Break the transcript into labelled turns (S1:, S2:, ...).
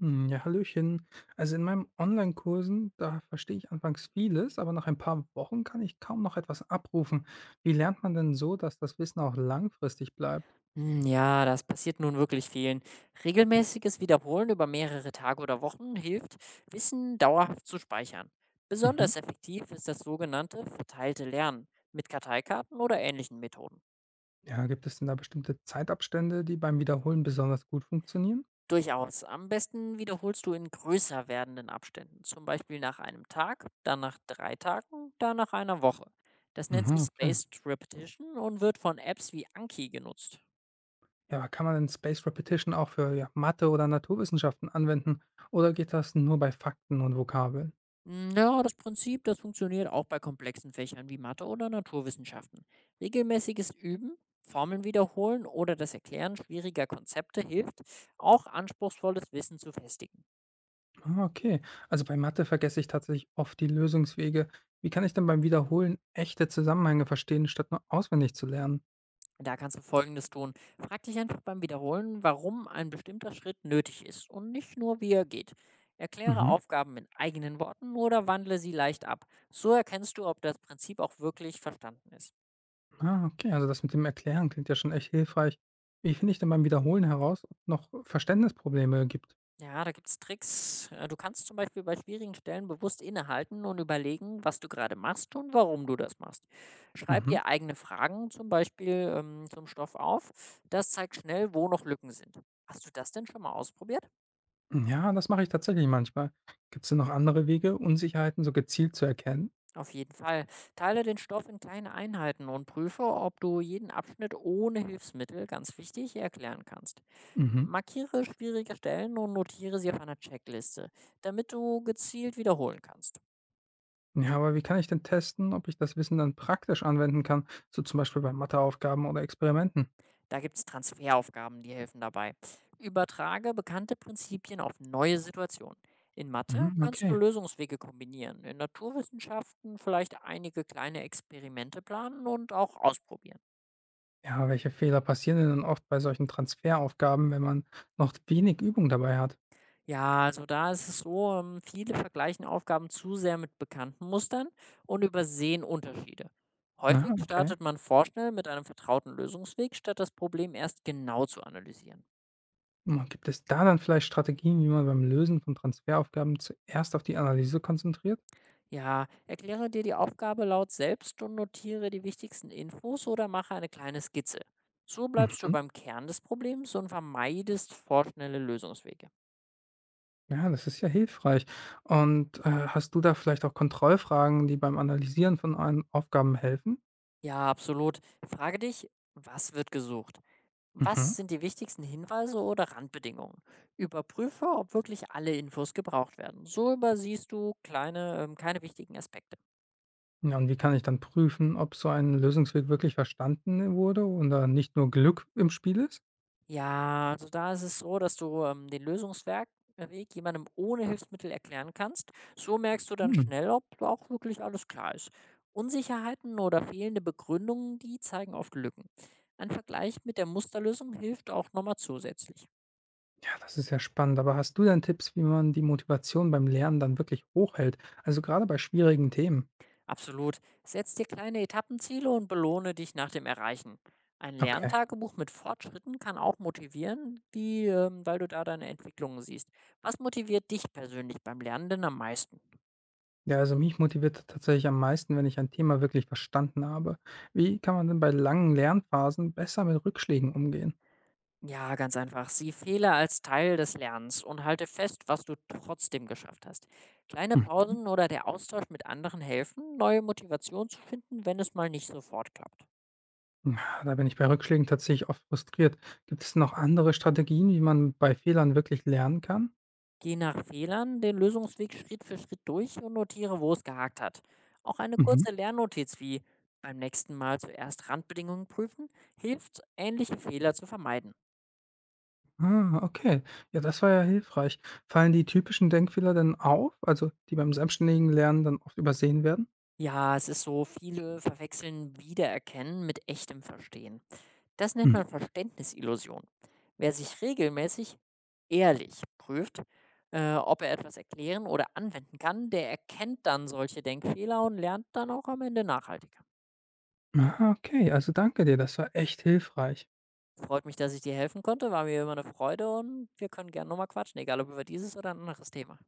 S1: Hm, ja, hallöchen. Also in meinen Online-Kursen, da verstehe ich anfangs vieles, aber nach ein paar Wochen kann ich kaum noch etwas abrufen. Wie lernt man denn so, dass das Wissen auch langfristig bleibt?
S2: Hm, ja, das passiert nun wirklich vielen. Regelmäßiges Wiederholen über mehrere Tage oder Wochen hilft, Wissen dauerhaft zu speichern.
S1: Mhm.
S2: Besonders effektiv ist das sogenannte verteilte Lernen mit Karteikarten oder ähnlichen Methoden.
S1: Ja, gibt es denn da bestimmte Zeitabstände, die beim Wiederholen besonders gut funktionieren?
S2: Durchaus. Am besten wiederholst du in größer werdenden Abständen, zum Beispiel nach einem Tag, dann nach drei Tagen, dann nach einer Woche. Das nennt
S1: Mhm,
S2: sich
S1: okay.
S2: Spaced Repetition und wird von Apps wie Anki genutzt.
S1: Ja, aber kann man denn Spaced Repetition auch für ja, Mathe oder Naturwissenschaften anwenden? Oder geht das nur bei Fakten und Vokabeln?
S2: Hm, ja, das Prinzip, das funktioniert auch bei komplexen Fächern wie Mathe oder Naturwissenschaften. Regelmäßiges Üben, Formeln wiederholen oder das Erklären schwieriger Konzepte hilft, auch anspruchsvolles Wissen zu festigen.
S1: Ah, okay. Also bei Mathe vergesse ich tatsächlich oft die Lösungswege. Wie kann ich denn beim Wiederholen echte Zusammenhänge verstehen, statt nur auswendig zu lernen?
S2: Da kannst du Folgendes tun. Frag dich einfach beim Wiederholen, warum ein bestimmter Schritt nötig ist und nicht nur, wie er geht. Erkläre
S1: Mhm.
S2: Aufgaben in eigenen Worten oder wandle sie leicht ab. So erkennst du, ob das Prinzip auch wirklich verstanden ist.
S1: Ah, okay. Also das mit dem Erklären klingt ja schon echt hilfreich. Wie finde ich denn beim Wiederholen heraus, ob noch Verständnisprobleme gibt?
S2: Ja, da gibt's Tricks. Du kannst zum Beispiel bei schwierigen Stellen bewusst innehalten und überlegen, was du gerade machst und warum du das machst. Schreib
S1: Mhm.
S2: dir eigene Fragen zum Beispiel zum Stoff auf. Das zeigt schnell, wo noch Lücken sind. Hast du das denn schon mal ausprobiert?
S1: Ja, das mache ich tatsächlich manchmal. Gibt es denn noch andere Wege, Unsicherheiten so gezielt zu erkennen?
S2: Auf jeden Fall. Teile den Stoff in kleine Einheiten und prüfe, ob du jeden Abschnitt ohne Hilfsmittel, ganz wichtig, erklären kannst.
S1: Mhm.
S2: Markiere schwierige Stellen und notiere sie auf einer Checkliste, damit du gezielt wiederholen kannst.
S1: Ja, aber wie kann ich denn testen, ob ich das Wissen dann praktisch anwenden kann, so zum Beispiel bei Matheaufgaben oder Experimenten?
S2: Da gibt's Transferaufgaben, die helfen dabei. Übertrage bekannte Prinzipien auf neue Situationen. In Mathe
S1: Mhm,
S2: kannst du
S1: okay.
S2: Lösungswege kombinieren, in Naturwissenschaften vielleicht einige kleine Experimente planen und auch ausprobieren.
S1: Ja, welche Fehler passieren denn dann oft bei solchen Transferaufgaben, wenn man noch wenig Übung dabei hat?
S2: Ja, also da ist es so, viele vergleichen Aufgaben zu sehr mit bekannten Mustern und übersehen Unterschiede.
S1: Na,
S2: Häufig
S1: okay.
S2: startet man vorschnell mit einem vertrauten Lösungsweg, statt das Problem erst genau zu analysieren.
S1: Hm, gibt es da dann vielleicht Strategien, wie man beim Lösen von Transferaufgaben zuerst auf die Analyse konzentriert?
S2: Ja, erkläre dir die Aufgabe laut selbst und notiere die wichtigsten Infos oder mache eine kleine Skizze. So bleibst du
S1: Mhm.
S2: beim Kern des Problems und vermeidest vorschnelle Lösungswege.
S1: Ja, das ist ja hilfreich. Und hast du da vielleicht auch Kontrollfragen, die beim Analysieren von einem Aufgaben helfen?
S2: Ja, absolut. Frage dich, was wird gesucht?
S1: Mhm.
S2: Was sind die wichtigsten Hinweise oder Randbedingungen? Überprüfe, ob wirklich alle Infos gebraucht werden. So übersiehst du kleine, keine wichtigen Aspekte.
S1: Ja, und wie kann ich dann prüfen, ob so ein Lösungsweg wirklich verstanden wurde und da nicht nur Glück im Spiel ist?
S2: Ja, also da ist es so, dass du den Lösungsweg Weg jemandem ohne Hilfsmittel erklären kannst. So merkst du dann
S1: Hm.
S2: schnell, ob auch wirklich alles klar ist. Unsicherheiten oder fehlende Begründungen, die zeigen oft Lücken. Ein Vergleich mit der Musterlösung hilft auch nochmal zusätzlich.
S1: Ja, das ist ja spannend. Aber hast du denn Tipps, wie man die Motivation beim Lernen dann wirklich hochhält? Also gerade bei schwierigen Themen.
S2: Absolut. Setz dir kleine Etappenziele und belohne dich nach dem Erreichen. Ein
S1: Okay.
S2: Lerntagebuch mit Fortschritten kann auch motivieren, die, weil du da deine Entwicklungen siehst. Was motiviert dich persönlich beim Lernen denn am meisten?
S1: Ja, also mich motiviert tatsächlich am meisten, wenn ich ein Thema wirklich verstanden habe. Wie kann man denn bei langen Lernphasen besser mit Rückschlägen umgehen?
S2: Ja, ganz einfach. Sieh Fehler als Teil des Lernens und halte fest, was du trotzdem geschafft hast. Kleine
S1: Hm.
S2: Pausen oder der Austausch mit anderen helfen, neue Motivation zu finden, wenn es mal nicht sofort klappt.
S1: Ja, da bin ich bei Rückschlägen tatsächlich oft frustriert. Gibt es noch andere Strategien, wie man bei Fehlern wirklich lernen kann?
S2: Geh nach Fehlern den Lösungsweg Schritt für Schritt durch und notiere, wo es gehakt hat. Auch eine
S1: Mhm.
S2: kurze Lernnotiz wie beim nächsten Mal zuerst Randbedingungen prüfen hilft, ähnliche Fehler zu vermeiden.
S1: Ah, okay. Ja, das war ja hilfreich. Fallen die typischen Denkfehler denn auf, also die beim selbstständigen Lernen dann oft übersehen werden?
S2: Ja, es ist so, viele verwechseln Wiedererkennen mit echtem Verstehen. Das nennt man Verständnisillusion. Wer sich regelmäßig ehrlich prüft, ob er etwas erklären oder anwenden kann, der erkennt dann solche Denkfehler und lernt dann auch am Ende nachhaltiger.
S1: Ah, okay. Also, danke dir, das war echt hilfreich.
S2: Freut mich, dass ich dir helfen konnte, war mir immer eine Freude und wir können gerne nochmal quatschen, egal ob über dieses oder ein anderes Thema.